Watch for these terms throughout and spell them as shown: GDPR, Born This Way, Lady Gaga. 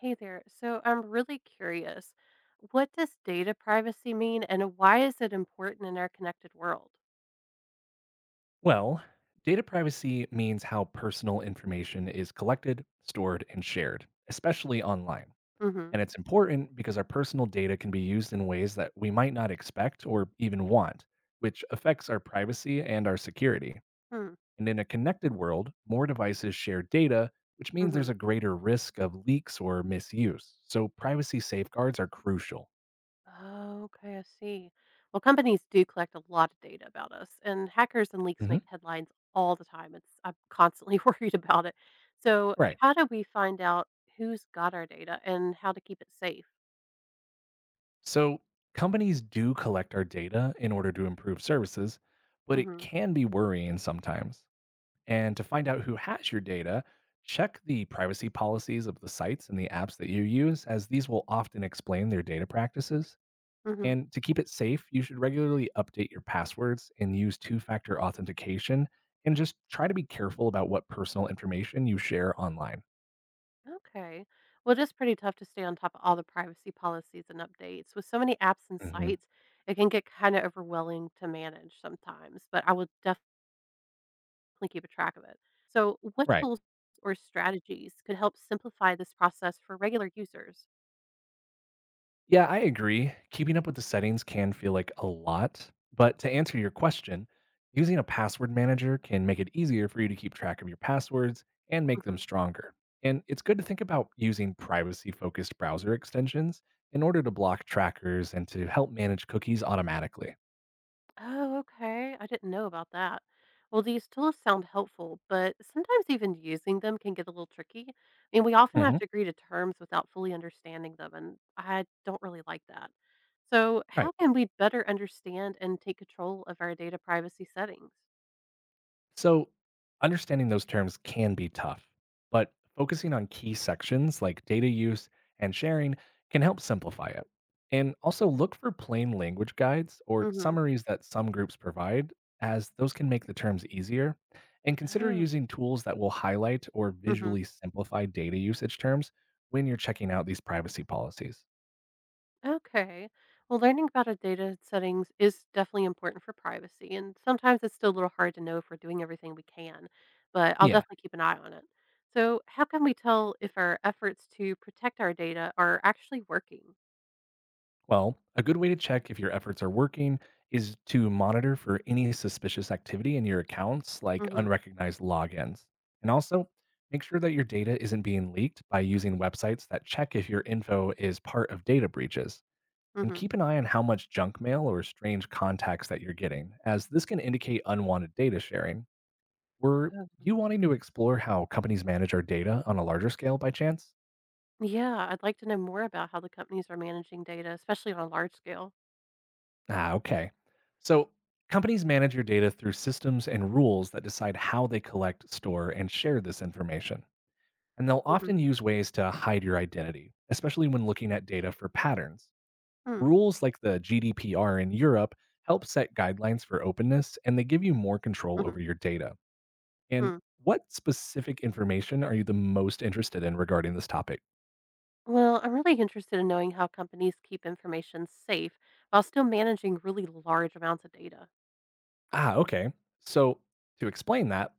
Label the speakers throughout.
Speaker 1: Hey there. So I'm really curious. What does data privacy mean and why is it important in our connected world?
Speaker 2: Well, data privacy means how personal information is collected, stored, and shared, especially online.
Speaker 1: Mm-hmm.
Speaker 2: And it's important because our personal data can be used in ways that we might not expect or even want, which affects our privacy and our security.
Speaker 1: Hmm.
Speaker 2: And in a connected world, more devices share data, which means
Speaker 1: Mm-hmm.
Speaker 2: there's a greater risk of leaks or misuse. So privacy safeguards are crucial.
Speaker 1: Oh, okay, I see. Well, companies do collect a lot of data about us, and hackers and leaks
Speaker 2: Mhm.
Speaker 1: make headlines all the time. It's I'm constantly worried about it. So
Speaker 2: Right.
Speaker 1: how do we find out who's got our data and how to keep it safe?
Speaker 2: So, companies do collect our data in order to improve services, but it
Speaker 1: Mm-hmm.
Speaker 2: can be worrying sometimes. And to find out who has your data, check the privacy policies of the sites and the apps that you use, as these will often explain their data practices.
Speaker 1: Mm-hmm.
Speaker 2: And to keep it safe, you should regularly update your passwords and use two factor authentication. And just try to be careful about what personal information you share online.
Speaker 1: Okay. Well, it is pretty tough to stay on top of all the privacy policies and updates. With so many apps and
Speaker 2: Mhm.
Speaker 1: sites, it can get kind of overwhelming to manage sometimes, but I will definitely keep a track of it. So, what
Speaker 2: Right.
Speaker 1: tools or strategies could help simplify this process for regular users?
Speaker 2: Yeah, I agree. Keeping up with the settings can feel like a lot. But to answer your question, using a password manager can make it easier for you to keep track of your passwords and make them stronger. And it's good to think about using privacy focused browser extensions in order to block trackers and to help manage cookies automatically.
Speaker 1: Oh, okay. I didn't know about that. Well, these tools sound helpful, but sometimes even using them can get a little tricky. I mean, we often have
Speaker 2: Mhm.
Speaker 1: to agree to terms without fully understanding them, and I don't really like that. So, how
Speaker 2: Right.
Speaker 1: can we better understand and take control of our data privacy settings?
Speaker 2: So, understanding those terms can be tough, but focusing on key sections like data use and sharing can help simplify it. And also
Speaker 1: Mm.
Speaker 2: look for plain language guides or
Speaker 1: Mm-hmm.
Speaker 2: summaries that some groups provide, as those can make the terms easier. And consider
Speaker 1: Oh.
Speaker 2: using tools that will highlight or
Speaker 1: Mm-hmm.
Speaker 2: visually simplify data usage terms when you're checking out these privacy policies.
Speaker 1: Okay. Well, learning about our data settings is definitely important for privacy, and sometimes it's still a little hard to know if we're doing everything we can, but I'll
Speaker 2: Yeah,
Speaker 1: definitely keep an eye on it. So, how can we tell if our efforts to protect our data are actually working?
Speaker 2: well, a good way to check if your efforts are working is to monitor for any suspicious activity in your accounts, like
Speaker 1: Hmm.
Speaker 2: unrecognized logins. And also, make sure that your data isn't being leaked by using websites that check if your info is part of data breaches. And
Speaker 1: Hmm.
Speaker 2: keep an eye on how much junk mail or strange contacts that you're getting, as this can indicate unwanted data sharing. Were
Speaker 1: Oh.
Speaker 2: you wanting to explore how companies manage our data on a larger scale by chance?
Speaker 1: Yeah, I'd like to know more about how the companies are managing data, especially on a large scale.
Speaker 2: Ah, okay. So companies manage your data through systems and rules that decide how they collect, store, and share this information. And they'll
Speaker 1: Hmm.
Speaker 2: often use ways to hide your identity, especially when looking at data for patterns.
Speaker 1: Hmm.
Speaker 2: Rules like the GDPR in Europe help set guidelines for openness and they give you more control
Speaker 1: Hmm.
Speaker 2: over your data. And
Speaker 1: Hmm.
Speaker 2: what specific information are you the most interested in regarding this topic?
Speaker 1: Well, I'm really interested in knowing how companies keep information safe while still managing really large amounts of data.
Speaker 2: Ah, okay. So, to explain that,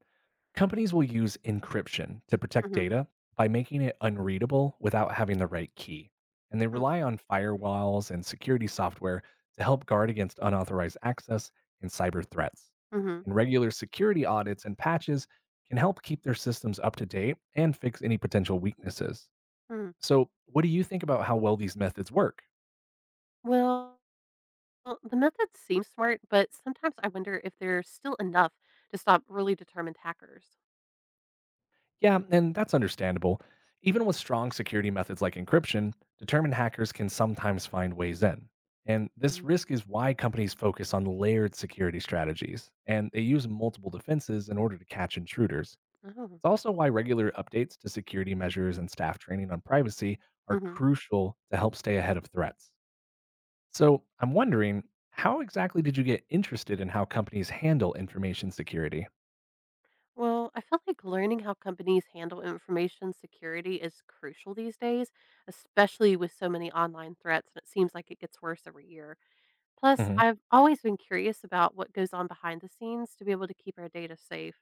Speaker 2: companies will use encryption to protect
Speaker 1: Hmm.
Speaker 2: data by making it unreadable without having the right key. And they rely on firewalls and security software to help guard against unauthorized access and cyber threats.
Speaker 1: Mhm.
Speaker 2: And regular security audits and patches can help keep their systems up to date and fix any potential weaknesses.
Speaker 1: Mm.
Speaker 2: So, what do you think about how well these methods work?
Speaker 1: Well, well, the method seems smart, but sometimes I wonder if there's still enough to stop really determined hackers.
Speaker 2: Yeah, and that's understandable. Even with strong security methods like encryption, determined hackers can sometimes find ways in. And
Speaker 1: Mm.
Speaker 2: this risk is why companies focus on layered security strategies, and they use multiple defenses in order to catch intruders.
Speaker 1: Oh.
Speaker 2: It's also why regular updates to security measures and staff training on privacy are
Speaker 1: Mhm.
Speaker 2: crucial to help stay ahead of threats. So, I'm wondering, how exactly did you get interested in how companies handle information security?
Speaker 1: Well, I feel like learning how companies handle information security is crucial these days, especially with so many online threats, and it seems like it gets worse every year. Plus,
Speaker 2: Mm-hmm.
Speaker 1: I've always been curious about what goes on behind the scenes to be able to keep our data safe.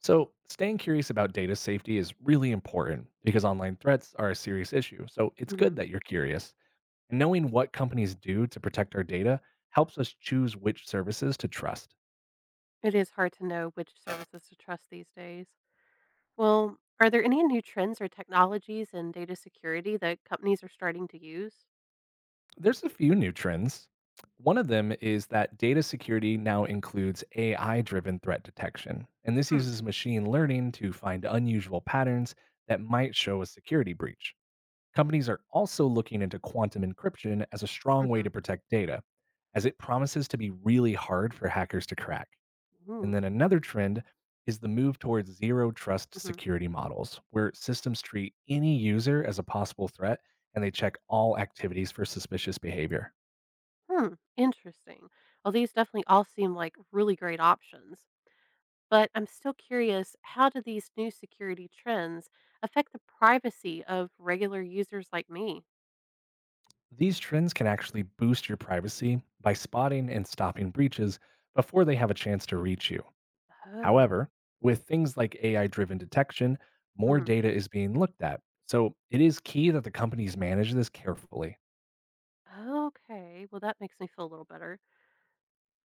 Speaker 2: So, staying curious about data safety is really important because online threats are a serious issue. So, it's good
Speaker 1: Mhm.
Speaker 2: that you're curious. And knowing what companies do to protect our data helps us choose which services to trust.
Speaker 1: It is hard to know which services to trust these days. Well, are there any new trends or technologies in data security that companies are starting to use?
Speaker 2: There's a few new trends. One of them is that data security now includes AI driven threat detection. And this
Speaker 1: Hmm.
Speaker 2: uses machine learning to find unusual patterns that might show a security breach. Companies are also looking into quantum encryption as a strong way to
Speaker 1: Mm-hmm.
Speaker 2: protect data, as it promises to be really hard for hackers to crack. And
Speaker 1: Mm.
Speaker 2: then another trend is the move towards zero trust
Speaker 1: Hmm. Hmm.
Speaker 2: security models, where systems treat any user as a possible threat and they check all activities for suspicious behavior.
Speaker 1: Hmm. Interesting. Well, these definitely all seem like really great options. But I'm still curious, how do these new security trends affect the privacy of regular users like me?
Speaker 2: These trends can actually boost your privacy by spotting and stopping breaches before they have a chance to reach you.
Speaker 1: Oh.
Speaker 2: However, with things like AI driven detection, more
Speaker 1: Mhm.
Speaker 2: data is being looked at. So it is key that the companies manage this carefully.
Speaker 1: Okay. Well, that makes me feel a little better.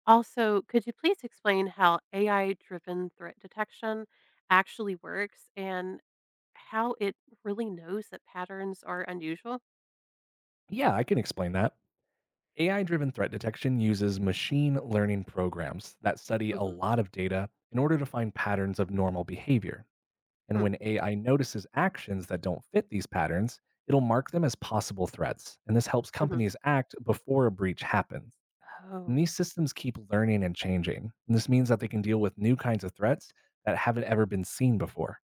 Speaker 1: Also, could you please explain how AI driven threat detection actually works and how it really knows that patterns are unusual?
Speaker 2: Yeah, I can explain that. AI driven threat detection uses machine learning programs that study a
Speaker 1: Mhm.
Speaker 2: lot of data in order to find patterns of normal behavior. And
Speaker 1: Hmm.
Speaker 2: when AI notices actions that don't fit these patterns, it'll mark them as possible threats. And this helps
Speaker 1: Mhm.
Speaker 2: companies act before a breach happens. And
Speaker 1: Oh.
Speaker 2: these systems keep learning and changing. And this means that they can deal with new kinds of threats that haven't ever been seen before.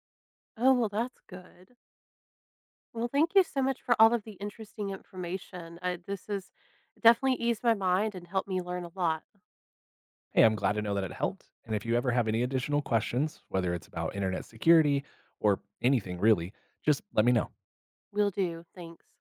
Speaker 1: Oh, well, that's good. Well, thank you so much for all of the interesting information. This has definitely eased my mind and helped me learn a lot.
Speaker 2: Hey, I'm glad to know that it helped. And if you ever have any additional questions, whether it's about internet security or anything really, just let me know.
Speaker 1: Will do. Thanks.